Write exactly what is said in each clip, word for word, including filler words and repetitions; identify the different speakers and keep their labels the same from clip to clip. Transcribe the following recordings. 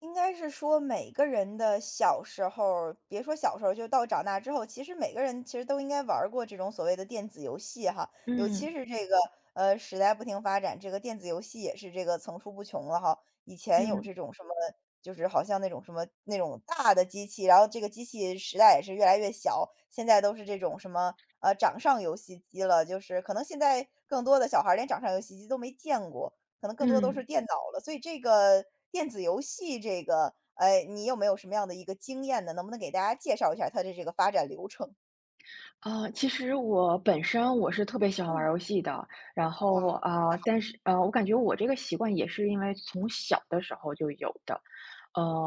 Speaker 1: 应该是说每个人的小时候别说小时候就到长大之后，其实每个人其实都应该玩儿过这种所谓的电子游戏哈。尤其
Speaker 2: 嗯
Speaker 1: 是这嗯个，呃，时代不停发展，这个电子游戏也是这个层出不穷了哈。以前有
Speaker 2: 嗯
Speaker 1: 这种什么就是好像那种什么那种大的机器，然后这个机器时代也是越来越小，现在都是这种什么，呃，掌上游戏机了，就是可能现在更多的小孩儿连掌上游戏机都没见过。可能更多都是
Speaker 2: 嗯。
Speaker 1: 电脑了。所以这个电子游戏这个，哎，你有没有什么样的一个经验呢？能不能给大家介绍一下它的这个发展流程？
Speaker 2: 呃，其实我本身我是特别喜欢玩
Speaker 1: 嗯，
Speaker 2: 儿游戏的。然后
Speaker 1: 哇，
Speaker 2: 啊、
Speaker 1: 还
Speaker 2: 呃
Speaker 1: 好，
Speaker 2: 但是呃，我感觉我这个习惯也是因为从小的时候就有的。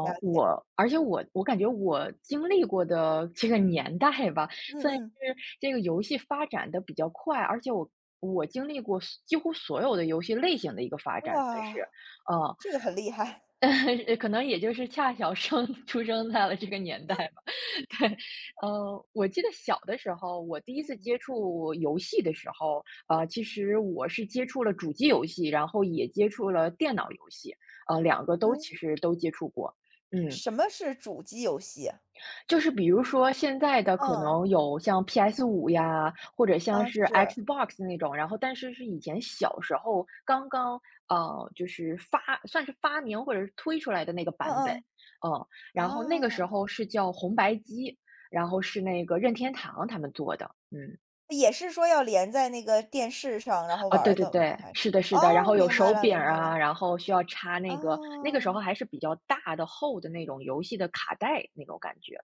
Speaker 1: 了解。
Speaker 2: 我而且我我感觉我经历过的这个年代吧，
Speaker 1: 嗯
Speaker 2: 算是
Speaker 1: 嗯，
Speaker 2: 这个游戏发展的比较快，而且我我经历过几乎所有的游戏类型的一个发展，算是。
Speaker 1: 哇，
Speaker 2: 呃，
Speaker 1: 这个很厉害。
Speaker 2: 可能也就是恰巧生出生在了这个年代吧。对。呃，我记得小的时候，我第一次
Speaker 1: 嗯。
Speaker 2: 接触游戏的时候，呃，其实我是接触了主机游戏，然后也接触了电脑游戏。呃，两个都
Speaker 1: 嗯，
Speaker 2: 其实都接触过。嗯。
Speaker 1: 什么是主机游戏啊
Speaker 2: 就是比如说现在的可能有像 p s 五呀，或者像是 Xbox 那种，然后但是是以前小时候刚刚，呃，就是发算是发明或者是推出来的那个
Speaker 1: 嗯
Speaker 2: 版本。
Speaker 1: 嗯，是嗯嗯
Speaker 2: 嗯。然后那个时
Speaker 1: 啊，
Speaker 2: 候是叫红白机，然后是那个任天堂他们做的。嗯。
Speaker 1: 也是说要连在那个电视上，然后
Speaker 2: 啊，
Speaker 1: 玩
Speaker 2: 对
Speaker 1: 儿
Speaker 2: 对
Speaker 1: 的吗？
Speaker 2: 对，
Speaker 1: 还是？
Speaker 2: 是的是的，然
Speaker 1: 哦，
Speaker 2: 后有
Speaker 1: 明白
Speaker 2: 手
Speaker 1: 了，
Speaker 2: 柄
Speaker 1: 明
Speaker 2: 儿
Speaker 1: 白了，
Speaker 2: 啊，然后需要插那个，那个时候
Speaker 1: 哦。
Speaker 2: 还是比较大的厚的那种游戏的卡带那种感觉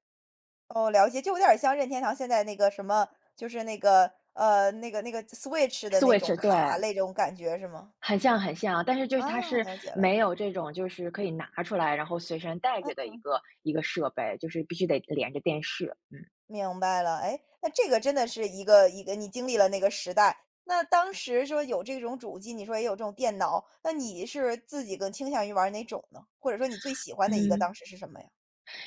Speaker 1: 哦，了解，就有点儿像任天堂现在那个什么，就是那个呃，那个那个 Switch 的那
Speaker 2: ，Switch,
Speaker 1: 种卡
Speaker 2: 对。
Speaker 1: 那种感觉是吗？
Speaker 2: 很像很像啊，但是就是它
Speaker 1: 啊，
Speaker 2: 是
Speaker 1: 了解
Speaker 2: 没
Speaker 1: 了，
Speaker 2: 有这种就是可以拿出来，然后随身带着的一个一个设备，就是必须得连着电视。嗯。
Speaker 1: 明白了。哎，那这个真的是一个一个你经历了那个时代，那当时说有这种主机，你说也有这种电脑，那你是自己更倾向于玩儿哪种呢？或者说你最喜欢的一个当
Speaker 2: 嗯。
Speaker 1: 时是什么呀？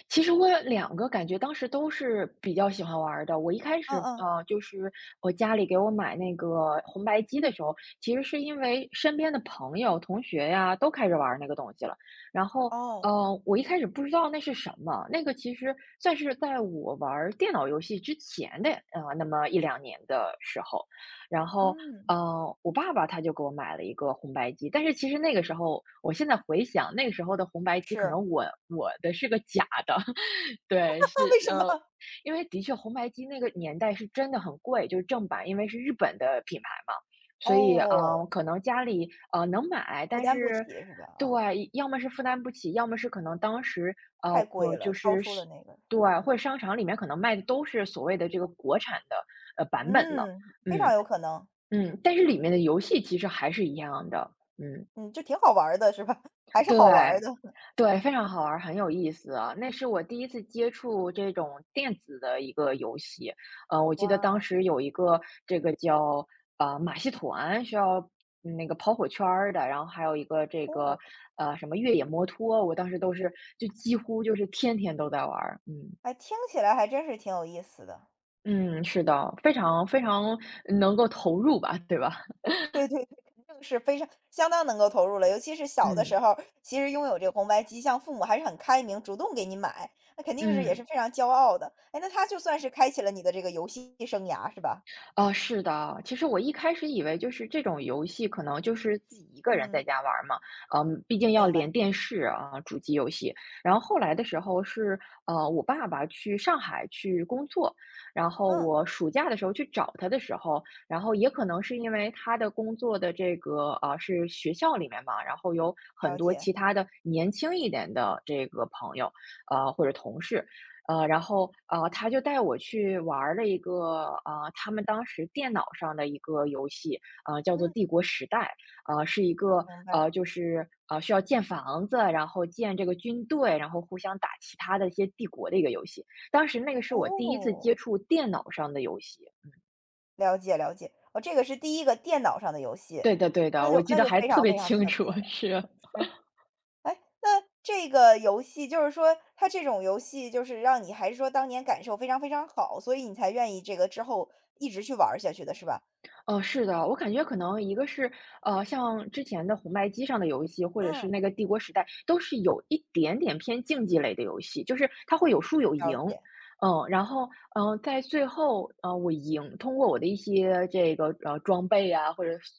Speaker 2: 其实我有两个感觉当时都是比较喜欢玩儿的。我一开
Speaker 1: 嗯
Speaker 2: 始，
Speaker 1: 嗯，
Speaker 2: 呃，就是我家里给我买那个红白机的时候，其实是因为身边的朋友、同学呀，都开始玩儿那个东西了。然后，
Speaker 1: 哦，
Speaker 2: 呃，我一开始不知道那是什么，那个其实算是在我玩儿电脑游戏之前的，呃，那么一两年的时候。然后，
Speaker 1: 嗯，
Speaker 2: 呃，我爸爸他就给我买了一个红白机，但是其实那个时候，我现在回想那个时候的红白机，可
Speaker 1: 是，
Speaker 2: 能我我的是个假的。对，
Speaker 1: 那
Speaker 2: 是。
Speaker 1: 为什么？
Speaker 2: 呃，因为的确红白机那个年代是真的很贵，就是正版，因为是日本的品牌嘛，所以
Speaker 1: 哦，
Speaker 2: 呃，可能家里呃能买，
Speaker 1: 负
Speaker 2: 但
Speaker 1: 担不起
Speaker 2: 是
Speaker 1: 是吧？啊，
Speaker 2: 对，要么是负担不起，要么是可能当时，呃，
Speaker 1: 太贵
Speaker 2: 我就
Speaker 1: 了，超
Speaker 2: 是
Speaker 1: 出了
Speaker 2: 是
Speaker 1: 那个，
Speaker 2: 对，
Speaker 1: 嗯。
Speaker 2: 或者商场里面可能卖的都是所谓的这个国产的呃版本的。
Speaker 1: 嗯，非常
Speaker 2: 嗯。
Speaker 1: 有可能，
Speaker 2: 嗯。但是里面的游戏其实还是一样的。嗯，
Speaker 1: 嗯，就挺好玩儿的是吧？还是
Speaker 2: 对，
Speaker 1: 好玩儿的，
Speaker 2: 对，非常好玩儿，很有意思啊。那是我第一次接触这种电子的一个游戏。呃，我记得当
Speaker 1: 哇，
Speaker 2: 时有一个这个叫呃马戏团，需要嗯那个跑火圈儿的，然后还有一个这个
Speaker 1: 哦，
Speaker 2: 呃什么越野摩托，我当时都是就几乎就是天天都在玩儿。嗯。
Speaker 1: 哎，听起来还真是挺有意思的。
Speaker 2: 嗯，是的，非常非常能够投入吧，对吧？
Speaker 1: 对对对，肯定是非常相当能够投入了，尤其是 小的时
Speaker 2: 嗯
Speaker 1: 候，其实拥有这个红白机，像父母还是很开明，主动给你买，那肯定是也是
Speaker 2: 嗯。
Speaker 1: 非常骄傲的。哎，那他就算是开启了你的这个游戏生涯是吧？
Speaker 2: 哦，是的。其实我一开始以为就是这种游戏可能就是自己一个人
Speaker 1: 嗯，
Speaker 2: 在家玩儿嘛，嗯，毕竟要
Speaker 1: 明白，
Speaker 2: 连电视啊，主机游戏。然后后来的时候是，呃，我爸爸去上海去工作，然后
Speaker 1: 嗯，
Speaker 2: 我暑假的时候去找他的时候，然后也可能是因为他的工作的这个，呃，是学校里面嘛，然后有很
Speaker 1: 了
Speaker 2: 多
Speaker 1: 解，
Speaker 2: 其他的年轻一点的这个朋友，呃，或者同事，呃，然后呃，他就带我去玩儿了一个，呃，他们当时电脑上的一个游戏，呃，叫做
Speaker 1: 嗯，
Speaker 2: 《帝国时代》。呃，是一个，
Speaker 1: 明白，
Speaker 2: 呃，就是呃，需要建房子，然后建这个军队，然后互相打其他的一些帝国的一个游戏。当时那个是我第一次
Speaker 1: 哦。
Speaker 2: 接触电脑上的游戏。
Speaker 1: 了解了解，哦，这个是第一个电脑上的游戏，
Speaker 2: 对的对
Speaker 1: 那
Speaker 2: 的，我
Speaker 1: 就
Speaker 2: 记
Speaker 1: 那
Speaker 2: 得
Speaker 1: 就
Speaker 2: 还
Speaker 1: 非
Speaker 2: 特
Speaker 1: 常
Speaker 2: 别
Speaker 1: 非常特
Speaker 2: 清楚。
Speaker 1: 别了。
Speaker 2: 是。
Speaker 1: 是。哎，那这个游戏就是说它这种游戏就是让你还是说当年感受非常非常好，所以你才愿意这个之后一直去玩儿下去的是吧？
Speaker 2: 哦，是的，我感觉可能一个是，呃，像之前的红白机上的游戏，或者
Speaker 1: 嗯。
Speaker 2: 是那个帝国时代，都是有一点点偏竞技类的游戏，就是它会有输有
Speaker 1: 了
Speaker 2: 赢。
Speaker 1: 解，
Speaker 2: 嗯。然后，嗯、呃在最后，呃，我赢，通过我的一些这个呃装备啊，或者是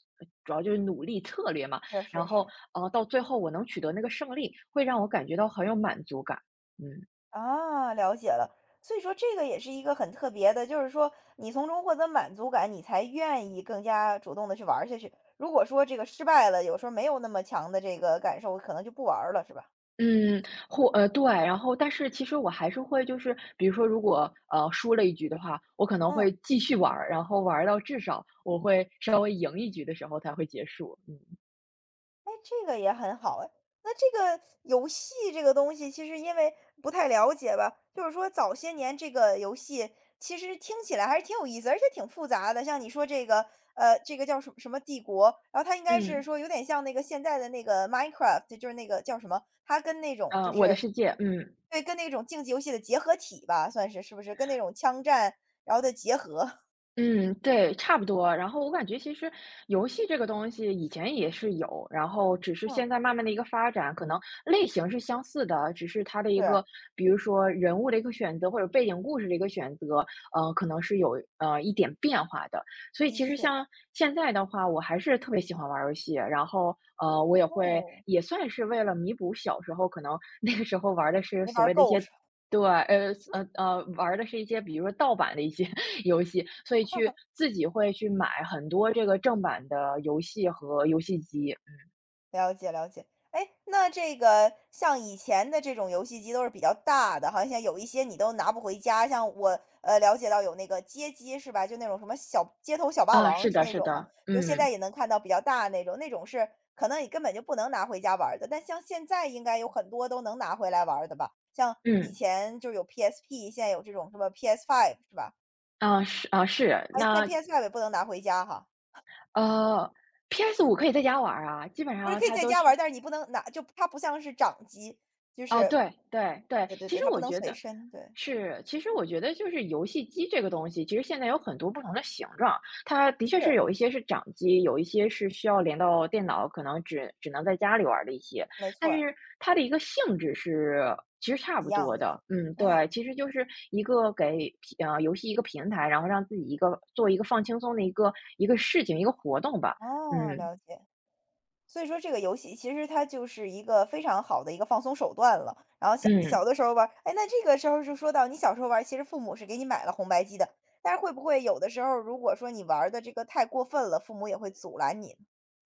Speaker 2: 主要就是努力策略嘛。
Speaker 1: 是
Speaker 2: 然
Speaker 1: 是
Speaker 2: 后，
Speaker 1: 是，
Speaker 2: 呃，到最后我能取得那个胜利，会让我感觉到很有满足感。嗯。
Speaker 1: 啊，了解了。所以说这个也是一个很特别的，就是说你从中获得满足感，你才愿意更加主动的去玩儿下去。如果说这个失败了，有时候没有那么强的这个感受，可能就不玩儿了，是吧？
Speaker 2: 嗯，或呃，对。然后但是其实我还是会就是，比如说如果，呃，输了一局的话，我可能
Speaker 1: 嗯。
Speaker 2: 会继续玩儿，然后玩儿到至少我会稍微赢一局的时候才会结束。嗯。
Speaker 1: 哎，这个也很好哎。那这个游戏这个东西，其实因为不太了解吧，就是说早些年这个游戏其实听起来还是挺有意思，而且挺复杂的。像你说这个，呃，这个叫什么什么帝国，然后它应该是
Speaker 2: 嗯。
Speaker 1: 说有点像那个现在的那个 Minecraft，就是那个叫什么，它跟那种
Speaker 2: 呃，
Speaker 1: 就
Speaker 2: 《我的
Speaker 1: 是
Speaker 2: 世界》。嗯。
Speaker 1: 对，跟那种竞技游戏的结合体吧，算是是不是？跟那种枪战然后的结合，
Speaker 2: 嗯，对，差不多。然后我感觉其实游戏这个东西以前也是有，然 后只是
Speaker 1: 嗯，
Speaker 2: 现在慢慢的一个发展，可能类型是相似的，只是它的一
Speaker 1: 是，
Speaker 2: 个，比如说人物的一个选择或者背景故事的一个选择，呃，可能是有呃一点变化的。所以
Speaker 1: 的
Speaker 2: 其实
Speaker 1: 确，
Speaker 2: 像现在的话，我还是特别喜欢玩儿游戏，然后呃，我也会
Speaker 1: 哦，
Speaker 2: 也算是为了弥补小时候可能那个时候玩儿的是
Speaker 1: 没
Speaker 2: 所
Speaker 1: 玩
Speaker 2: 谓的一
Speaker 1: 够
Speaker 2: 些。
Speaker 1: 是
Speaker 2: 对，呃呃呃，玩儿的是一些，比如说盗版的一些游戏，所以去自己会去买很多这个正版的游戏和游戏机。
Speaker 1: 了解了解，哎，那这个像以前的这种游戏机都是比较大的，好像有一些你都拿不回家。像我呃了解到有那个街机是吧？就那种什么小街头小霸
Speaker 2: 啊，
Speaker 1: 王
Speaker 2: 是
Speaker 1: 是
Speaker 2: 的
Speaker 1: 那
Speaker 2: 是
Speaker 1: 种吗？
Speaker 2: 的。
Speaker 1: 就现在
Speaker 2: 嗯。
Speaker 1: 也能看到比较大的那种，那种是可能你根本就不能拿回家玩儿的。但像现在应该有很多都能拿回来玩儿的吧？像以
Speaker 2: 嗯。
Speaker 1: 前就有 P S P，现在有这种什么 p s five 是吧？
Speaker 2: 啊，是啊，是，
Speaker 1: 哎，但
Speaker 2: 那，
Speaker 1: p s five 也不能拿回家哈，
Speaker 2: 呃 p s 五可以在家玩儿啊，基本
Speaker 1: 不是
Speaker 2: 上
Speaker 1: 可以
Speaker 2: 它
Speaker 1: 在
Speaker 2: 都
Speaker 1: 家玩
Speaker 2: 是。
Speaker 1: 儿，但是你不能拿，就它不像是掌机，就
Speaker 2: 哦，
Speaker 1: 是
Speaker 2: 对对对。
Speaker 1: 对对
Speaker 2: 其
Speaker 1: 对，
Speaker 2: 实
Speaker 1: 它不
Speaker 2: 我
Speaker 1: 能
Speaker 2: 觉
Speaker 1: 随
Speaker 2: 得
Speaker 1: 身，对，
Speaker 2: 是，其实我觉得就是游戏机这个东西，其实现在有很多不同的形状，它的确是
Speaker 1: 是，
Speaker 2: 有一些是掌机，有一些是需要连到电脑，可能只只能在家里玩儿的一些，
Speaker 1: 没错
Speaker 2: 但
Speaker 1: 儿，
Speaker 2: 是它的一个性质是其实差
Speaker 1: 一
Speaker 2: 不
Speaker 1: 样
Speaker 2: 多
Speaker 1: 的
Speaker 2: 的。
Speaker 1: 是，
Speaker 2: 嗯，
Speaker 1: 嗯，
Speaker 2: 对，其实就是一个给平呃游戏一个平台，然后让自己一个做一个放轻松的一个一个事情，一个活动吧。
Speaker 1: 哦，
Speaker 2: 嗯
Speaker 1: 了解。所以说这个游戏其实它就是一个非常好的一个放松手段了。然后小小
Speaker 2: 嗯。
Speaker 1: 的时候玩儿，哎，那这个时候就说到你小时候玩儿，其实父母是给你买了红白机的，但是会不会有的时候如果说你玩儿的这个太过分了，父母也会阻拦你？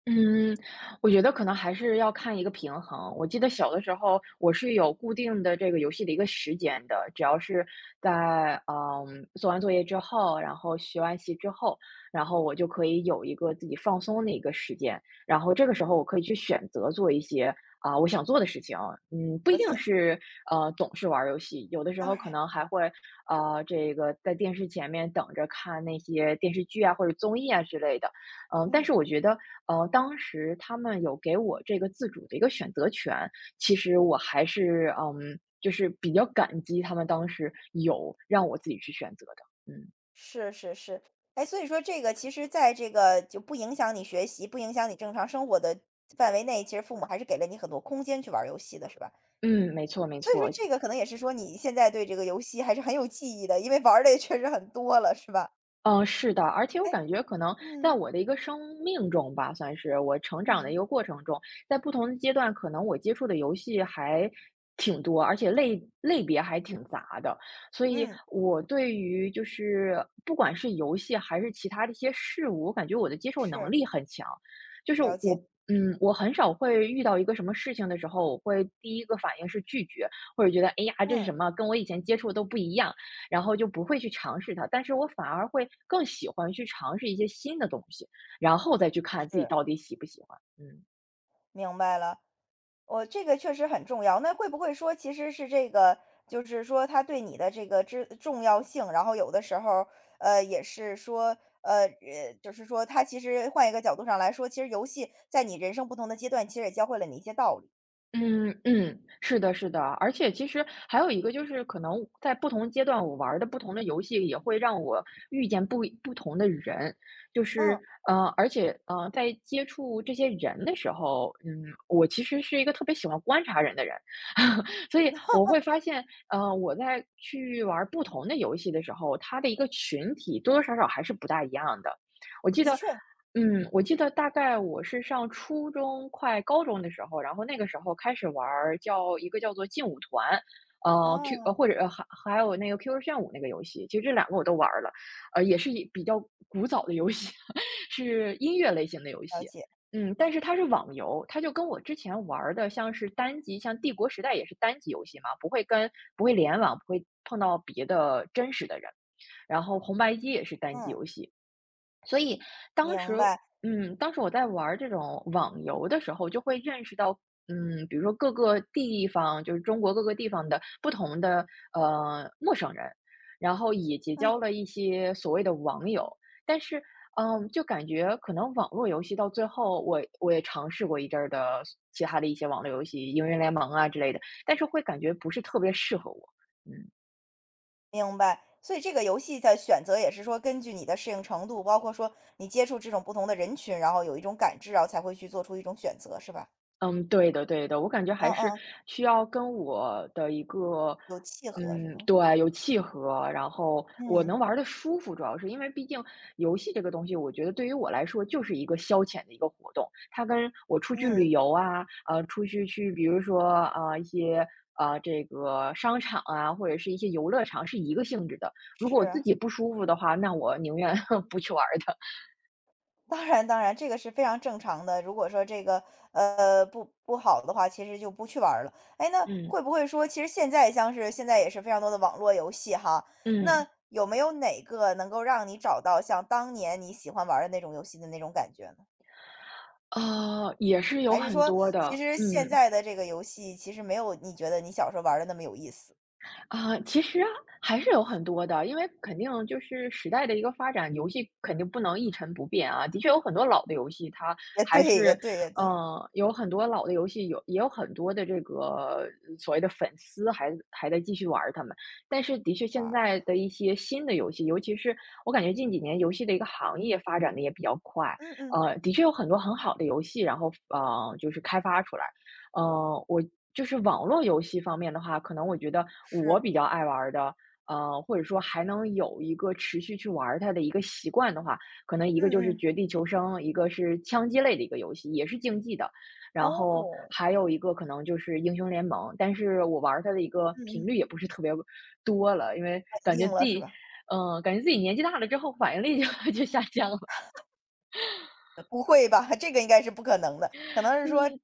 Speaker 2: 嗯，我觉得可能还是要看一个平衡。我记得小的时候，我是有固定的这个游戏的一个时间的，只要是在嗯做完作业之后，然后学完习之后，然后我就可以有一个自己放松的一个时间，然后这个时候我可以去选择做一些啊、我想做的事情，嗯，不一
Speaker 1: 了
Speaker 2: 定
Speaker 1: 解，
Speaker 2: 是呃总是玩儿游戏，有的时
Speaker 1: 当
Speaker 2: 候可
Speaker 1: 然，
Speaker 2: 能还会呃这个在电视前面等着看那些电视剧啊或者综艺啊之类的。嗯。但
Speaker 1: 嗯。
Speaker 2: 是我觉得，呃，当时他们有给我这个自主的一个选择权，其实我还是，嗯，就是比较感激他们当时有让我自己去选择的。嗯。
Speaker 1: 是是是，哎，所以说这个其实在这个就不影响你学习，不影响你正常生活的范围内，其实父母还是给了你很多空间去玩儿游戏的，是吧？
Speaker 2: 嗯，没错没
Speaker 1: 所以说
Speaker 2: 错。
Speaker 1: 这个可能也是说你现在对这个游戏还是很有记忆的，因为玩儿的也确实很多了，是吧？
Speaker 2: 嗯，是的，而且我
Speaker 1: 哎，
Speaker 2: 感觉可能在
Speaker 1: 嗯
Speaker 2: 我的一个生命中吧，算是我成长的一
Speaker 1: 嗯
Speaker 2: 个过程中，在不同的阶段，可能我接触的游戏还挺多，而且类类别还挺杂的，所以
Speaker 1: 嗯，
Speaker 2: 我对于就是不管是游戏还是其他的一些事物，我感觉我的接受能
Speaker 1: 是，
Speaker 2: 力很强，就是
Speaker 1: 了解，
Speaker 2: 我。嗯，我很少会遇到一个什么事情的时候，我会第一个反应是拒绝，或者觉得哎呀，这是
Speaker 1: 嗯，
Speaker 2: 什么，跟我以前接触的都不一样。然后就不会去尝试它。但是我反而会更喜欢去尝试一些新的东西，然后再去看自己
Speaker 1: 是，
Speaker 2: 到底喜不喜欢。嗯。
Speaker 1: 明白了。我这个确实很重要。那会不会说其实是这个，就是说他对你的这个之重要性，然后有的时候，呃，也是说，呃，呃，就是说他其实换一个角度上来说，其实游戏在你人生不同的阶段，其实也教会了你一些道理。
Speaker 2: 嗯嗯，是的，是的，而且其实还有一个就是，可能在不同阶段，我玩儿的不同的游戏也会让我遇见不一不同的人，就
Speaker 1: 嗯，
Speaker 2: 是呃，而且呃，在接触这些人的时候，嗯，我其实是一个特别喜欢观察人的人，所以我会发现，呃，我在去玩儿不同的游戏的时候，它的一个群体多多少少还是不大一样的。我记
Speaker 1: 的
Speaker 2: 得
Speaker 1: 确，
Speaker 2: 嗯，我记得大概我是上初中快高中的时候，然后那个时候开始玩儿叫一个叫做劲舞团，呃，Q 呃
Speaker 1: 啊，
Speaker 2: 或者呃还还有那个 Q Q 炫舞那个游戏，其实这两个我都玩儿了，呃，也是一比较古早的游戏，是音乐类型的游
Speaker 1: 了
Speaker 2: 戏。
Speaker 1: 解，
Speaker 2: 嗯，但是它是网游，它就跟我之前玩儿的像是单机，像《帝国时代》也是单机游戏嘛，不会跟不会联网，不会碰到别的真实的人。然后红白机也是单机
Speaker 1: 嗯，
Speaker 2: 游戏，所以当时
Speaker 1: 明白，
Speaker 2: 嗯，当时我在玩儿这种网游的时候，就会认识到，嗯，比如说各个地方，就是中国各个地方的不同的呃陌生人，然后也结
Speaker 1: 嗯，
Speaker 2: 交了一些所谓的网友，但是。嗯，就感觉可能网络游戏到最后我，我也尝试过一阵儿的其他的一些网络游戏，英雄联盟啊之类的，但是会感觉不是特别适合我。嗯，
Speaker 1: 明白。所以这个游戏的选择也是说根据你的适应程度，包括说你接触这种不同的人群，然后有一种感知，然后才会去做出一种选择，是吧？
Speaker 2: 嗯，对的对的，我感觉
Speaker 1: 嗯
Speaker 2: 还是
Speaker 1: 嗯，
Speaker 2: 需要跟我的一个
Speaker 1: 有契合是
Speaker 2: 嗯，
Speaker 1: 吗？
Speaker 2: 对，有契合，然后我
Speaker 1: 嗯
Speaker 2: 能玩的舒服，主要是因为毕竟游戏这个东西，我觉得对于我来说就是一个消遣的一个活动，它跟我出去旅
Speaker 1: 嗯，
Speaker 2: 游啊，呃，出去去比如说，啊，一些，呃，这个商场啊，或者是一些游乐场是一个性质的。如果我自
Speaker 1: 是，
Speaker 2: 己不舒服的话，那我宁愿 不去玩儿它。
Speaker 1: 当然当然，这个是非常正常的。如果说这个呃不不好的话，其实就不去玩儿了。哎，那
Speaker 2: 嗯，
Speaker 1: 会不会说，其实现在像是现在也是非常多的网络游戏哈，那
Speaker 2: 嗯，
Speaker 1: 有没有哪个能够让你找到像当年你喜欢玩儿的那种游戏的那种感觉呢？
Speaker 2: 呃，也是有
Speaker 1: 还是
Speaker 2: 很
Speaker 1: 说，
Speaker 2: 多
Speaker 1: 其
Speaker 2: 的，
Speaker 1: 实现
Speaker 2: 嗯。
Speaker 1: 在的这个游戏其实没有你觉得你小时候玩儿的那么有意思？
Speaker 2: 啊，其实啊还是有很多的，因为肯定就是时代的一个发展，游戏肯定不能一成不变啊。的确有很多老的游戏，它
Speaker 1: 也
Speaker 2: 还
Speaker 1: 对，也
Speaker 2: 是，
Speaker 1: 对，也对，
Speaker 2: 嗯，有很多老的游戏有也有很多的这个嗯所谓的粉丝还还在继续玩儿他们。但是的确现
Speaker 1: 哇，
Speaker 2: 在的一些新的游戏，尤其是我感觉近几年游戏的一个行业发展的也比较快，
Speaker 1: 嗯嗯，
Speaker 2: 呃，的确有很多很好的游戏，然后呃就是开发出来。呃，我就是网络游戏方面的话，可能我觉得我
Speaker 1: 是，
Speaker 2: 比较爱玩儿的，呃，或者说还能有一个持续去玩儿它的一个习惯的话，可能一个就是
Speaker 1: 嗯嗯，
Speaker 2: 《绝地求生》，一个是枪击类的一个游戏，也是竞技的，然后
Speaker 1: 哦，
Speaker 2: 还有一个可能就是英雄联盟，但是我玩儿它的一个
Speaker 1: 嗯嗯，
Speaker 2: 频率也不是特别多了，因为
Speaker 1: 稳
Speaker 2: 感
Speaker 1: 定
Speaker 2: 觉自
Speaker 1: 了是
Speaker 2: 己，
Speaker 1: 吧？
Speaker 2: 嗯、感觉自己年纪大了之后反应力就 就下降了，
Speaker 1: 不会吧，这个应该是不可能的。可能是说
Speaker 2: 嗯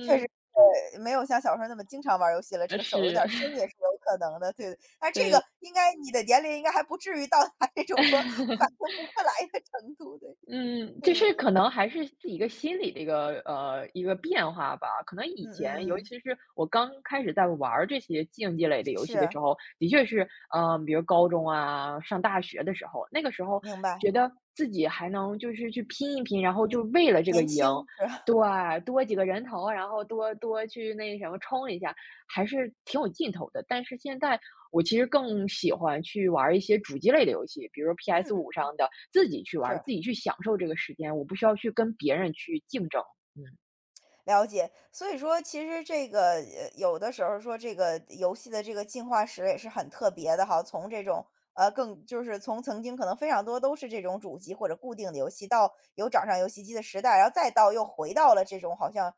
Speaker 1: 确实，呃，没有像小时候那么经常玩游戏了，这
Speaker 2: 呃
Speaker 1: 个手有
Speaker 2: 是，
Speaker 1: 点生也是有可能的，对。但 这
Speaker 2: 对。
Speaker 1: 个应该你的年龄应该还不至于到达这种说反 应不过来的程度，对。
Speaker 2: 嗯，
Speaker 1: 对
Speaker 2: 就
Speaker 1: 对对，
Speaker 2: 是可能还是自己一个心理的一个呃，一个变化吧。可能以
Speaker 1: 嗯
Speaker 2: 前，尤
Speaker 1: 嗯嗯，
Speaker 2: 其是我刚开始在玩儿这些竞技类的游戏的时
Speaker 1: 是，
Speaker 2: 候，的确是，嗯，比如高中啊，上大学的时候，那个时候
Speaker 1: 明白，
Speaker 2: 觉得自己还能就是去拼一拼，然后
Speaker 1: 年
Speaker 2: 就为了这个
Speaker 1: 年
Speaker 2: 赢，
Speaker 1: 轻是吧？
Speaker 2: 对，多几个人头，然后多多去那什么冲一下。还是挺有劲头的。但是现在我其实更喜欢去玩儿一些主机类的游戏，比如说 p
Speaker 1: 嗯
Speaker 2: s 五
Speaker 1: 嗯，
Speaker 2: 上的，自己去玩儿，
Speaker 1: 是。
Speaker 2: 自己去享受这个时间，我不需要去跟别人去竞争。嗯。
Speaker 1: 了解，所以说其实这个呃，有的时候说这个游戏的这个进化史也是很特别的哈，从这种呃更就是从曾经可能非常多都是这种主机或者固定的游戏，到有掌上游戏机的时代，然后再到又回到了这种好像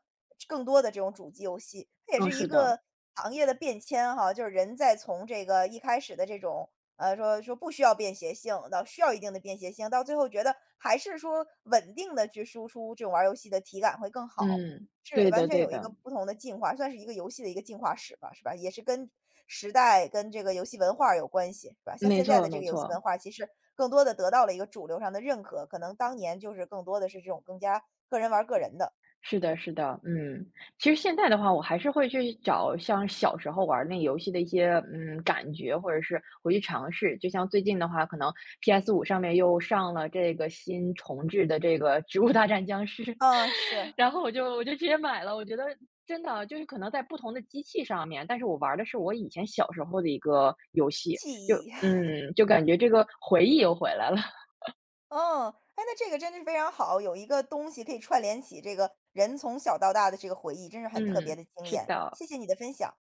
Speaker 1: 更多的这种主机游戏，它也
Speaker 2: 嗯，
Speaker 1: 是一
Speaker 2: 是的，
Speaker 1: 个行业的变迁哈，就是人在从这个一开始的这种。呃，说说不需要便携性，到需要一定的便携性，到最后觉得还是说稳定的去输出这种玩儿游戏的体感会更好。
Speaker 2: 嗯，
Speaker 1: 是
Speaker 2: 对
Speaker 1: 完
Speaker 2: 的，
Speaker 1: 全
Speaker 2: 对
Speaker 1: 有一个
Speaker 2: 的，
Speaker 1: 不同的进化，算是一个游戏的一个进化史吧，是吧？也是跟时代、跟这个游戏文化有关系，是吧？像
Speaker 2: 没
Speaker 1: 现在
Speaker 2: 错，
Speaker 1: 的这
Speaker 2: 没
Speaker 1: 个游戏文
Speaker 2: 错，
Speaker 1: 化，其实更多的得到了一个主流上的认可，可能当年就是更多的是这种更加个人玩儿个人的。
Speaker 2: 是的，是的，嗯，其实现在的话，我还是会去找像小时候玩儿那游戏的一些嗯感觉，或者是回去尝试。就像最近的话，可能 p s 五上面又上了这个新重置的这个《植物大战僵尸》，
Speaker 1: 嗯，是
Speaker 2: 然后我就我就直接买了，我觉得真的就是可能在不同的机器上面，但是我玩儿的是我以前小时候的一个游戏，就
Speaker 1: 记忆。
Speaker 2: 嗯，就感觉这个回忆又回来了。
Speaker 1: 嗯，哎，那这个真的是非常好，有一个东西可以串联起这个人从小到大的这个回忆，真是很特别
Speaker 2: 嗯，
Speaker 1: 的经
Speaker 2: 是
Speaker 1: 验。
Speaker 2: 的。
Speaker 1: 谢谢你的分享。